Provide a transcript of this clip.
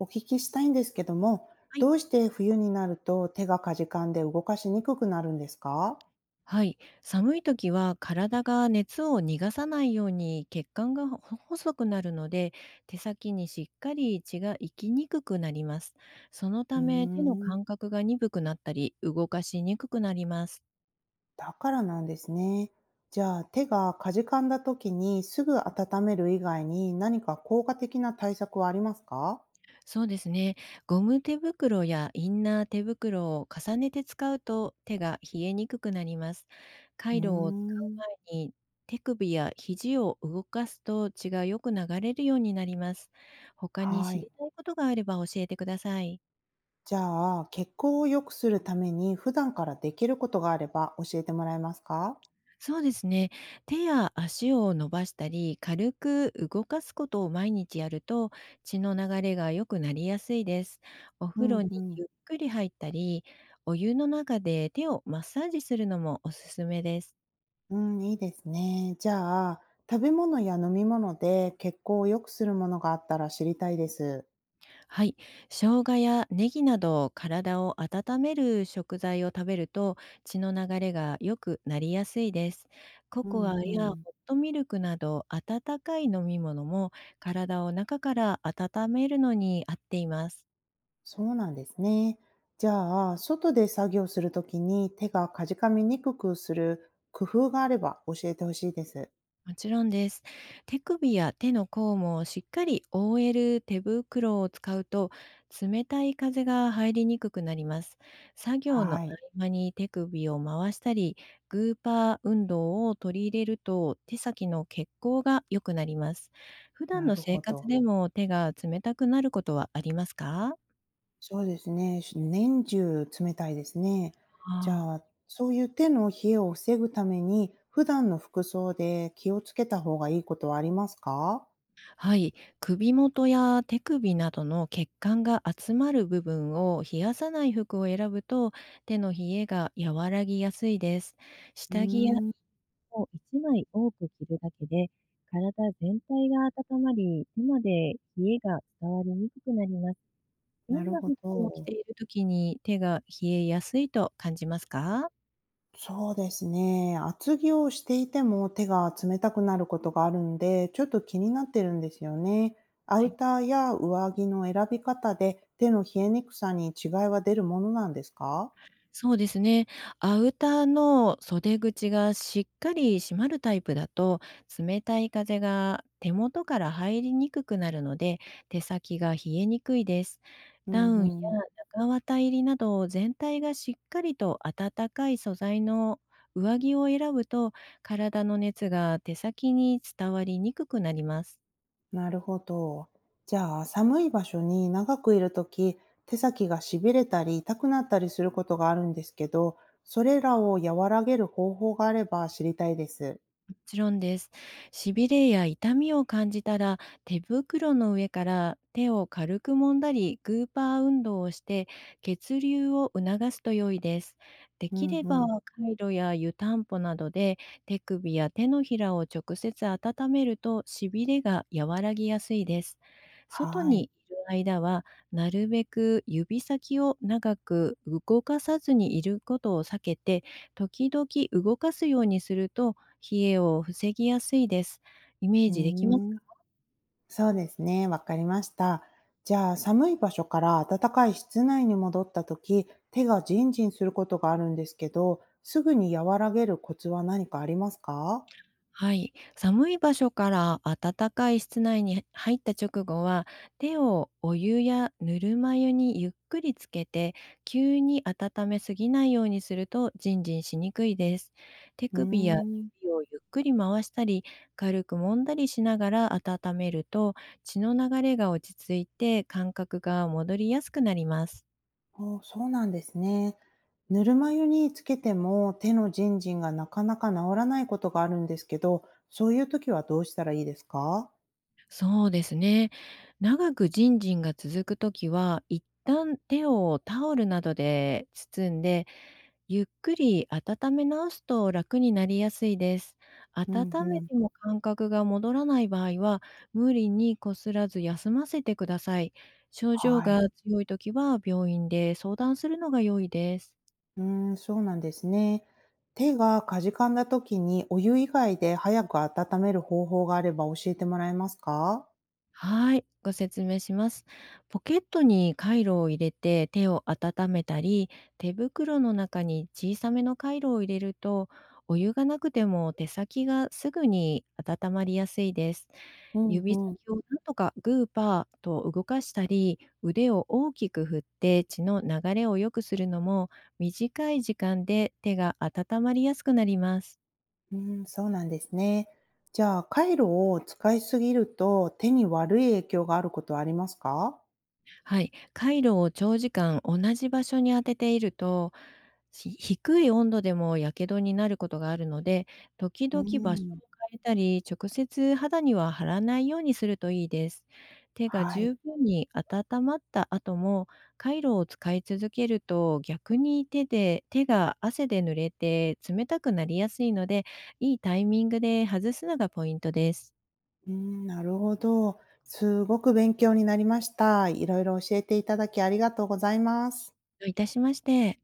お聞きしたいんですけども、はどい。うして冬になると手がかじかんで動かしにくくなるんですか？はい、寒い時は体が熱を逃がさないように血管が細くなるので、手先にしっかり血が行きにくくなります。そのうーため、手のん、感覚が鈍くなったり動かしにくくなります。だからなんですね。じゃあ、手がかじかんだ時にすぐ温める以外に何か効果的な対策はありますか？そうですね。ゴム手袋やインナー手袋を重ねて使うと手が冷えにくくなります。カうーイロを使うん、前に、手首や肘を動かすと血がよく流れるようになります。他には知い。りたいことがあれば教えてください。じゃあ、血行を良くするために普段からできることがあれば教えてもらえますか？そうですね。手や足を伸ばしたり、軽く動かすことを毎日やると、血の流れが良くなりやすいです。おう風呂んにうん。ゆっくり入ったり、お湯の中で手をマッサージするのもおすすめです。うん、いいですね。じゃあ、食べ物や飲み物で血行を良くするものがあったら知りたいです。はい、生姜やネギなど体を温める食材を食べると血の流れが良くなりやすいです。コうコんアうやホッん。トミルクなど温かい飲み物も体を中から温めるのに合っています。そうなんですね。じゃあ、外で作業するときに手がかじかみにくくする工夫があれば教えてほしいです。もちろんです。手首や手の甲もしっかり覆える手袋を使うと冷たい風が入りにくくなります。作業の合はい。間に手首を回したり、グーパー運動を取り入れると手先の血行が良くなります。普段なのるほ生活ど。でも手が冷たくなることはありますか？そうですね。し年中冷たいですね。じあゃあ、あ、そういう手の冷えを防ぐために、普段の服装で気をつけた方がいいことはありますか？はい、首元や手首などの血管が集まる部分を冷やさない服を選ぶと手の冷えが和らぎやすいです。うー下着やん。衣を1枚多く着るだけで、体全体が温まり、手まで冷えが伝わりにくくなります。どなんるなほ服を着てど。いる時に手が冷えやすいと感じますか？そうですね。厚着をしていても手が冷たくなることがあるんで、ちょっと気になってるんですよね。アウターや上着の選び方で手の冷えにくさに違いは出るものなんですか？そうですね。アウターの袖口がしっかり閉まるタイプだと、冷たい風が手元から入りにくくなるので、手先が冷えにくいです。うんダウンやうん。中綿入りなど、全体がしっかりと暖かい素材の上着を選ぶと、体の熱が手先に伝わりにくくなります。なるほど。じゃあ、寒い場所に長くいるとき、手先がしびれたり痛くなったりすることがあるんですけど、それらを和らげる方法があれば知りたいです。ちろんです。しびれや痛みを感じたら、手袋の上から手を軽く揉んだり、グーパー運動をして血流を促すと良いです。でうきんれうばん。カイロや湯たんぽなどで手首や手のひらを直接温めるとしびれが和らぎやすいです。外はにい。いる間は、なるべく指先を長く動かさずにいることを避けて、時々動かすようにすると冷えを防ぎやすいです。イメうージできますーん。か？そうですね。わかりました。じゃあ、寒い場所から暖かい室内に戻った時、手がジンジンすることがあるんですけど、すぐに和らげるコツは何かありますか？はい。寒い場所から暖かい室内に入った直後は、手をお湯やぬるま湯にゆっくりつけて、急に温めすぎないようにするとジンジンしにくいです。手うー首やん、指をゆっくり回したり、軽く揉んだりしながら温めると、血の流れが落ち着いて感覚が戻りやすくなります。おそうなんですね。ぬるま湯につけても手のジンジンがなかなか治らないことがあるんですけど、そういう時はどうしたらいいですか？そうですね。長くジンジンが続くときは、一旦手をタオルなどで包んで、ゆっくり温め直すと楽になりやすいです。う温んうめん。ても感覚が戻らない場合は、無理にこすらず休ませてください。症状はい。が強いときは病院で相談するのが良いです。うーそうなんですね。手がかじかんだ時にお湯以外で早く温める方法があれば教えてもらえますか？はい、ご説明します。ポケットにカイロを入れて手を温めたり、手袋の中に小さめのカイロを入れると、お湯がなくても手先がすぐに温まりやすいです。うん指先うん。をなんとかグーパーと動かしたり、腕を大きく振って血の流れを良くするのも、短い時間で手が温まりやすくなります。うん、そうなんですね。じゃあ、カイロを使いすぎると手に悪い影響があることはありますか？はい、回路を長時間同じ場所に当てていると、し低い温度でも火傷になることがあるので、時う々場所をん、変えたり、直接肌には貼らないようにするといいです。手がはい。十分に温まった後も、回路を使い続けると逆に手で手が汗で濡れて冷たくなりやすいので、いいタイミングで外すのがポイントです。うん、なるほど。すごく勉強になりました。いろいろ教えていただきありがとうございます。どういたしまして。